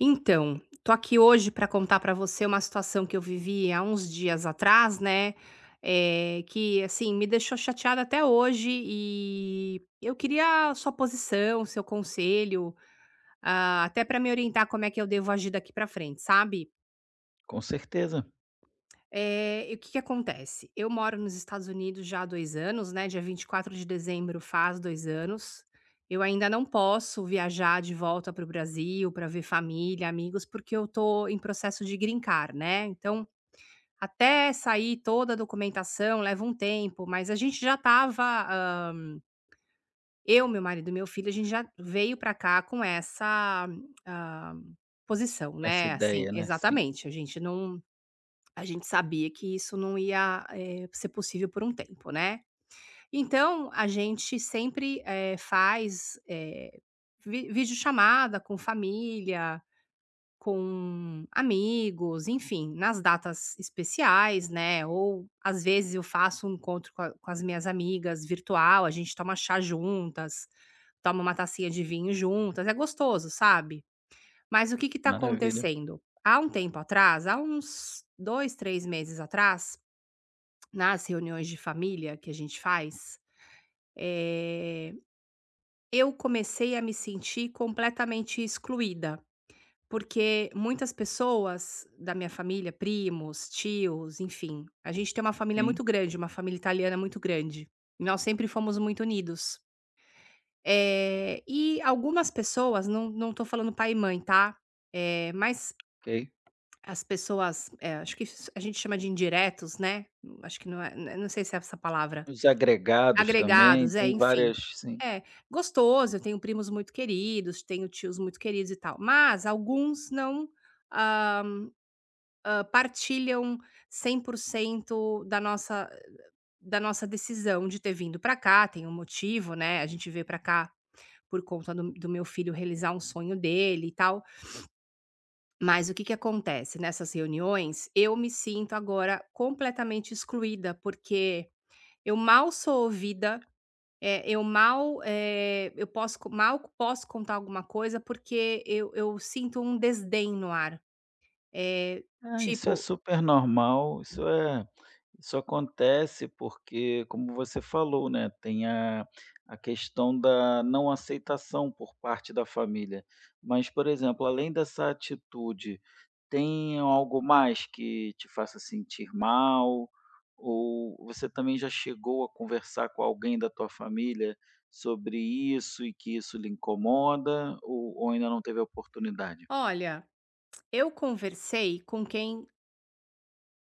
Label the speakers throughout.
Speaker 1: Então, tô aqui hoje para contar para você uma situação que eu vivi há uns dias atrás, né, que, assim, me deixou chateada até hoje e eu queria a sua posição, seu conselho, ah, até para me orientar como é que eu devo agir daqui para frente, sabe?
Speaker 2: Com certeza,
Speaker 1: E o que que acontece? Eu moro nos Estados Unidos já há 2 anos, né, dia 24 de dezembro faz 2 anos. Eu ainda não posso viajar de volta para o Brasil para ver família, amigos, porque eu tô em processo de green né, então até sair toda a documentação leva um tempo, mas a gente já estava, hã, eu, meu marido e meu filho, a gente já veio para cá com essa, hã, posição,
Speaker 2: essa
Speaker 1: né, assim
Speaker 2: ideia, né, sim.
Speaker 1: exatamente, a gente sabia que isso não ia, ser possível por um tempo, né. Então, a gente sempre, faz, eh, vi videochamada com família, com amigos, enfim, nas datas especiais, né, ou às vezes eu faço um encontro com as minhas amigas virtual, a gente toma chá juntas, toma uma tacinha de vinho juntas, é gostoso, sabe. Mas o que que tá
Speaker 2: Maravilha.
Speaker 1: acontecendo? Há um tempo atrás, há uns 2, 3 meses atrás nas reuniões de família que a gente faz, eh, eu comecei a me sentir completamente excluída, porque muitas pessoas da minha família, primos, tios, enfim, a gente tem uma família
Speaker 2: Sim,
Speaker 1: muito grande, uma família italiana muito grande, e nós sempre fomos muito unidos. E algumas pessoas, não, não tô falando pai e mãe, tá? Mas
Speaker 2: ok.
Speaker 1: as pessoas, acho que isso a gente chama de indiretos, né? Acho que não é, não sei se é essa palavra.
Speaker 2: Os agregados também,
Speaker 1: Agregados, é,
Speaker 2: tem
Speaker 1: enfim.
Speaker 2: várias sim.
Speaker 1: É, gostoso, eu tenho primos muito queridos, tenho tios muito queridos e tal, mas alguns não, hã partilham 100% da nossa decisão de ter vindo pra cá, tem um motivo, né, a gente veio pra cá por conta do meu filho realizar um sonho dele e tal, mas o que que acontece, nessas reuniões, eu me sinto agora completamente excluída, porque eu mal sou ouvida. É, eu mal, eh, eu posso co mal posso contar alguma coisa, porque eu sinto um desdém no ar. Eh,
Speaker 2: Ah, isso é
Speaker 1: tipo:
Speaker 2: super normal. Isso acontece porque, como você falou, né, tem a questão da não aceitação por parte da família. Mas, por exemplo, além dessa atitude, tem algo mais que te faça sentir mal? Ou você também já chegou a conversar com alguém da tua família sobre isso e que isso lhe incomoda? Ou ainda não teve a oportunidade?
Speaker 1: "Olha, eu conversei com quem"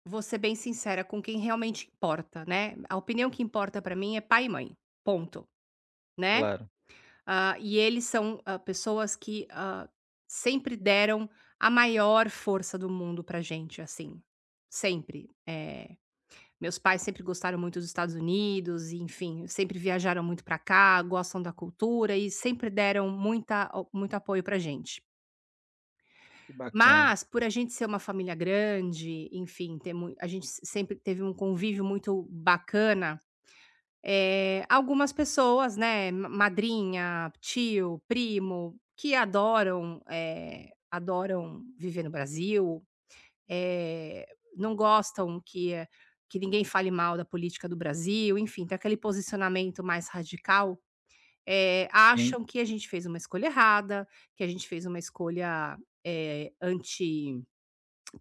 Speaker 1: vou ser bem sincera, com quem realmente importa, né. A opinião que importa pra mim é pai e mãe, ponto, né.
Speaker 2: Claro,
Speaker 1: Ah, e eles são, pessoas que, sempre deram a maior força do mundo pra gente, assim, sempre. Meus pais sempre gostaram muito dos Estados Unidos e, enfim, sempre viajaram muito para cá, gostam da cultura e sempre deram muita muito apoio para gente.
Speaker 2: que bacana.
Speaker 1: Mas, por a gente ser uma família grande, enfim, ter mui a gente se sempre teve um convívio muito bacana, algumas pessoas, né, ma madrinha, tio, primo, que adoram viver no Brasil eh, não gostam que que ninguém fale mal da política do Brasil, enfim, tem aquele posicionamento mais radical,
Speaker 2: Sim.
Speaker 1: acham que a gente fez uma escolha errada, que a gente fez uma escolha, anti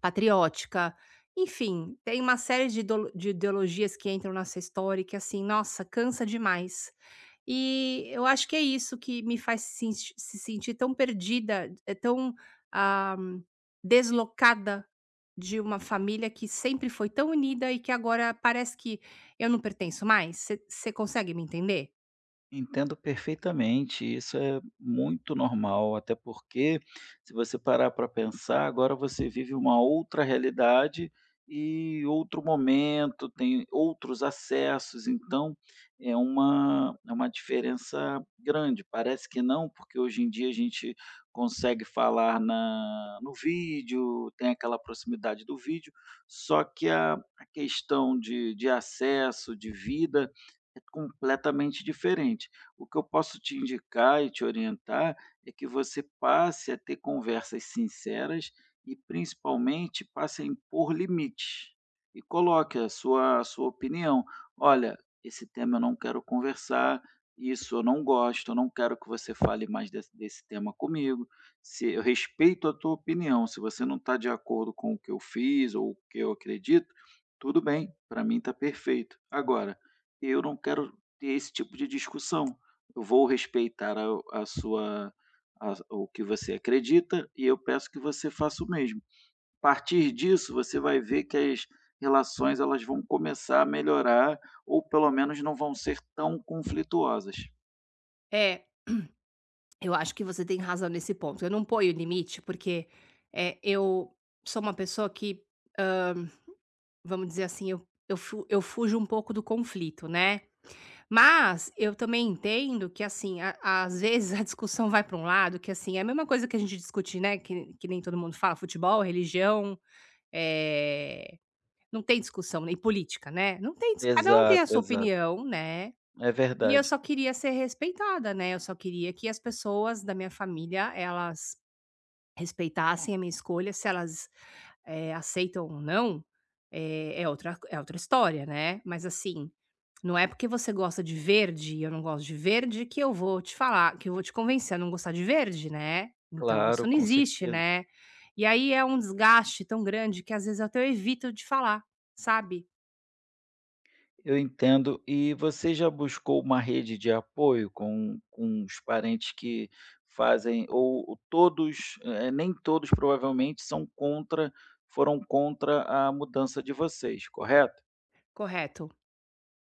Speaker 1: patriótica. Enfim, tem uma série de idolo de ideologias que entram nessa história e que, assim, nossa, cansa demais. E eu acho que é isso que me faz se sentir tão perdida, é tão, ah, deslocada de uma família que sempre foi tão unida e que agora parece que eu não pertenço mais. Você consegue me entender?
Speaker 2: Entendo perfeitamente, isso é muito normal, até porque se você parar para pensar, agora você vive uma outra realidade e outro momento, tem outros acessos, então é uma diferença grande. Parece que não, porque hoje em dia a gente consegue falar no vídeo, tem aquela proximidade do vídeo, só que a questão de acesso, de vida, é completamente diferente. O que eu posso te indicar e te orientar é que você passe a ter conversas sinceras e, principalmente, passe a impor limites e coloque a sua opinião. Olha, esse tema eu não quero conversar, isso eu não gosto, eu não quero que você fale mais desse tema comigo. Se eu respeito a tua opinião, se você não está de acordo com o que eu fiz ou o que eu acredito, tudo bem, para mim está perfeito. Agora eu não quero ter esse tipo de discussão. Eu vou respeitar a sua a o que você acredita e eu peço que você faça o mesmo. A partir disso, você vai ver que as relações elas vão começar a melhorar ou pelo menos não vão ser tão conflituosas.
Speaker 1: É, eu acho que você tem razão nesse ponto. Eu não ponho limite, porque, é eu sou uma pessoa que, vamos dizer assim, eu fujo um pouco do conflito, né. Mas eu também entendo que, assim, a às vezes a discussão vai para um lado que, assim, é a mesma coisa que a gente discute, né, que nem todo mundo fala, futebol, religião, eh, não tem discussão, nem política, né. Não tem dis Cada um tem a
Speaker 2: Exato,
Speaker 1: sua
Speaker 2: exato.
Speaker 1: opinião, né,
Speaker 2: É
Speaker 1: e eu
Speaker 2: verdade.
Speaker 1: só queria ser respeitada, né, eu só queria que as pessoas da minha família, elas respeitassem a minha escolha, se elas aceitam ou não, é outra história, né. Mas assim, não é porque você gosta de verde e eu não gosto de verde que eu vou te falar que eu vou te convencer a não gostar de verde, né. Então isso
Speaker 2: Claro,
Speaker 1: não
Speaker 2: com
Speaker 1: existe,
Speaker 2: certeza.
Speaker 1: né. E aí é um desgaste tão grande que às vezes até eu evito de falar, sabe.
Speaker 2: Eu entendo. E você já buscou uma rede de apoio com os parentes que fazem ou todos, nem todos provavelmente são contra foram contra a mudança de vocês, correto?
Speaker 1: Correto.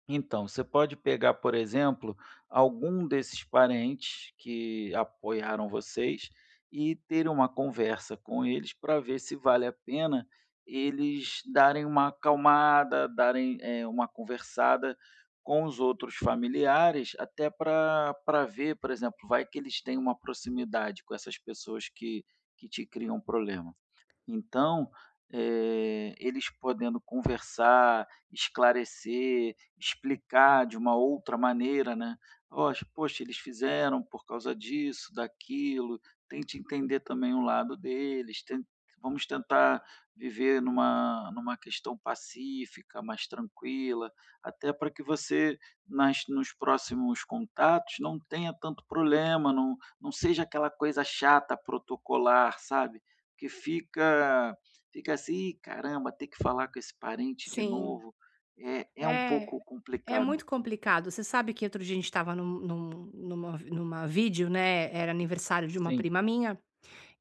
Speaker 2: Então, você pode pegar, por exemplo, algum desses parentes que apoiaram vocês e ter uma conversa com eles para ver se vale a pena eles darem uma acalmada, darem uma conversada com os outros familiares, até para ver, por exemplo, vai que eles têm uma proximidade com essas pessoas que te criam um problema. Então, eles podendo conversar, esclarecer, explicar de uma outra maneira, né. "Oxa, poxa, eles fizeram por causa disso, daquilo", tente entender também o lado deles, ten vamos tentar viver numa questão pacífica, mais tranquila, até para que você nas nos próximos contatos não tenha tanto problema, não seja aquela coisa chata, protocolar, sabe que fica assim: "Ih, caramba, ter que falar com esse parente de
Speaker 1: Sim.
Speaker 2: novo", é um
Speaker 1: É,
Speaker 2: pouco
Speaker 1: é
Speaker 2: complicado.
Speaker 1: muito complicado. Você sabe que outro dia a gente estava numa vídeo, né, era aniversário de uma
Speaker 2: Sim,
Speaker 1: prima minha.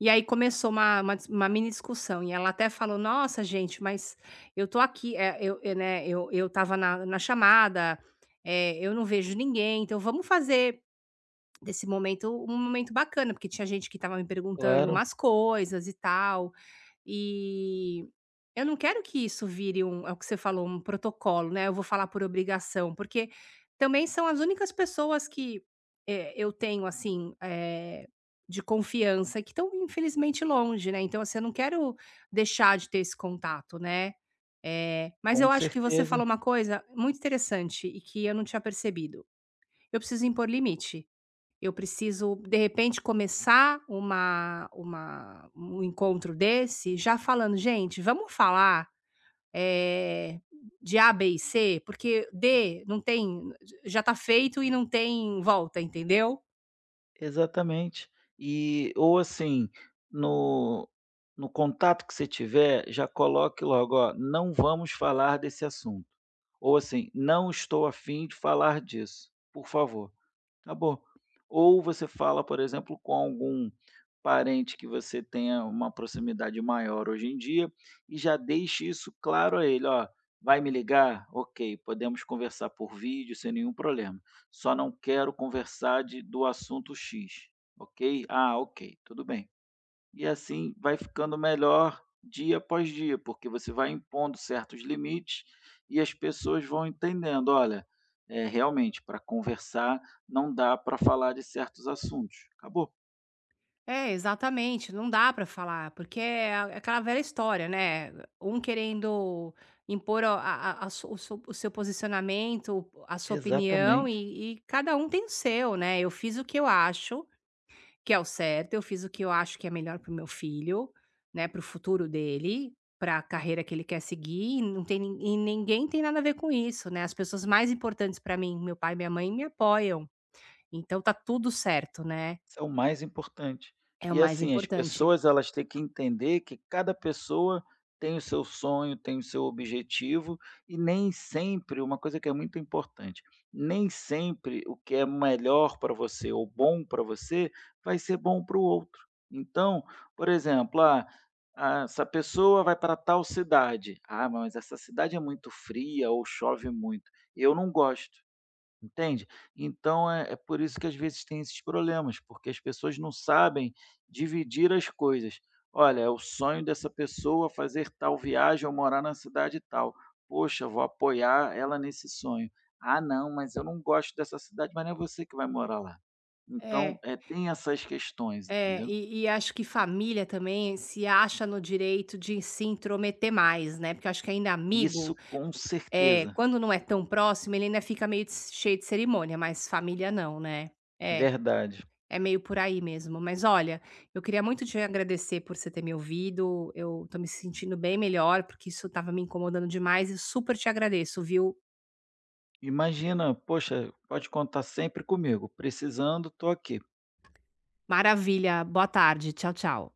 Speaker 1: E aí começou uma mini discussão e ela até falou: "Nossa gente, mas eu tô aqui, eu, né, eu estava na chamada, eu não vejo ninguém, então vamos fazer desse momento, um momento bacana, porque tinha gente que estava me perguntando
Speaker 2: claro,
Speaker 1: umas coisas e tal, e eu não quero que isso vire um é o que você falou, um protocolo, né, eu vou falar por obrigação, porque também são as únicas pessoas que, eu tenho, assim, de confiança que estão infelizmente longe, né, então, assim, eu não quero deixar de ter esse contato, né. Mas
Speaker 2: com
Speaker 1: eu acho que você
Speaker 2: certeza,
Speaker 1: falou uma coisa muito interessante e que eu não tinha percebido, eu preciso impor limite. Eu preciso, de repente, começar uma um encontro desse já falando: "Gente, vamos falar, eh, de A, B e C, porque D não tem já tá feito e não tem volta", entendeu?
Speaker 2: exatamente. E ou assim, no no contato que você tiver, já coloque logo: "Ó, não vamos falar desse assunto", ou assim: "Não estou afim de falar disso, por favor". Acabou. Ou você fala, por exemplo, com algum parente que você tenha uma proximidade maior hoje em dia e já deixe isso claro a ele: "Ó, vai me ligar? Ok, podemos conversar por vídeo sem nenhum problema. Só não quero conversar de do assunto X, ok? Ah, ok, tudo bem. E assim vai ficando melhor dia após dia, porque você vai impondo certos limites e as pessoas vão entendendo: "Olha, realmente, para conversar não dá para falar de certos assuntos". Acabou.
Speaker 1: É, exatamente, não dá pra falar, porque é a é aquela velha história, né, um querendo impor a su o su o seu posicionamento, a sua opinião
Speaker 2: Exatamente.
Speaker 1: e cada um tem o seu, né. Eu fiz o que eu acho, que é o certo, eu fiz o que eu acho que é melhor para o meu filho, né, para o futuro dele, para a carreira que ele quer seguir, e não tem nin e ninguém tem nada a ver com isso, né, as pessoas mais importantes para mim, meu pai e minha mãe, me apoiam, então tá tudo certo, né,
Speaker 2: Isso é o mais importante.
Speaker 1: é o
Speaker 2: E
Speaker 1: mais
Speaker 2: assim, as
Speaker 1: importante.
Speaker 2: pessoas elas têm que entender que cada pessoa tem o seu sonho, tem o seu objetivo e nem sempre uma coisa que é muito importante, nem sempre o que é melhor para você ou bom para você vai ser bom para o outro. Então, por exemplo, essa pessoa vai para tal cidade. Ah, mas essa cidade é muito fria ou chove muito. Eu não gosto. Entende? Então é por isso que às vezes tem esses problemas, porque as pessoas não sabem dividir as coisas. "Olha, é o sonho dessa pessoa fazer tal viagem ou morar na cidade tal. Poxa, vou apoiar ela nesse sonho. Ah, não, mas eu não gosto dessa cidade", mas não é você que vai morar lá. Então,
Speaker 1: É,
Speaker 2: é tem essas questões,
Speaker 1: é,
Speaker 2: entendeu?
Speaker 1: e acho que família também se acha no direito de se intrometer mais, né, porque eu acho que ainda amigo,
Speaker 2: Isso com
Speaker 1: é
Speaker 2: certeza,
Speaker 1: quando não é tão próximo, ele ainda fica meio de cheio de cerimônia, mas família não, né. É.
Speaker 2: verdade.
Speaker 1: É meio por aí mesmo. Mas olha, eu queria muito te agradecer por você ter me ouvido. Eu tô me sentindo bem melhor, porque isso tava me incomodando demais e super te agradeço, viu?
Speaker 2: Imagina, poxa, pode contar sempre comigo, precisando, estou aqui.
Speaker 1: Maravilha. Boa tarde. Tchau, tchau.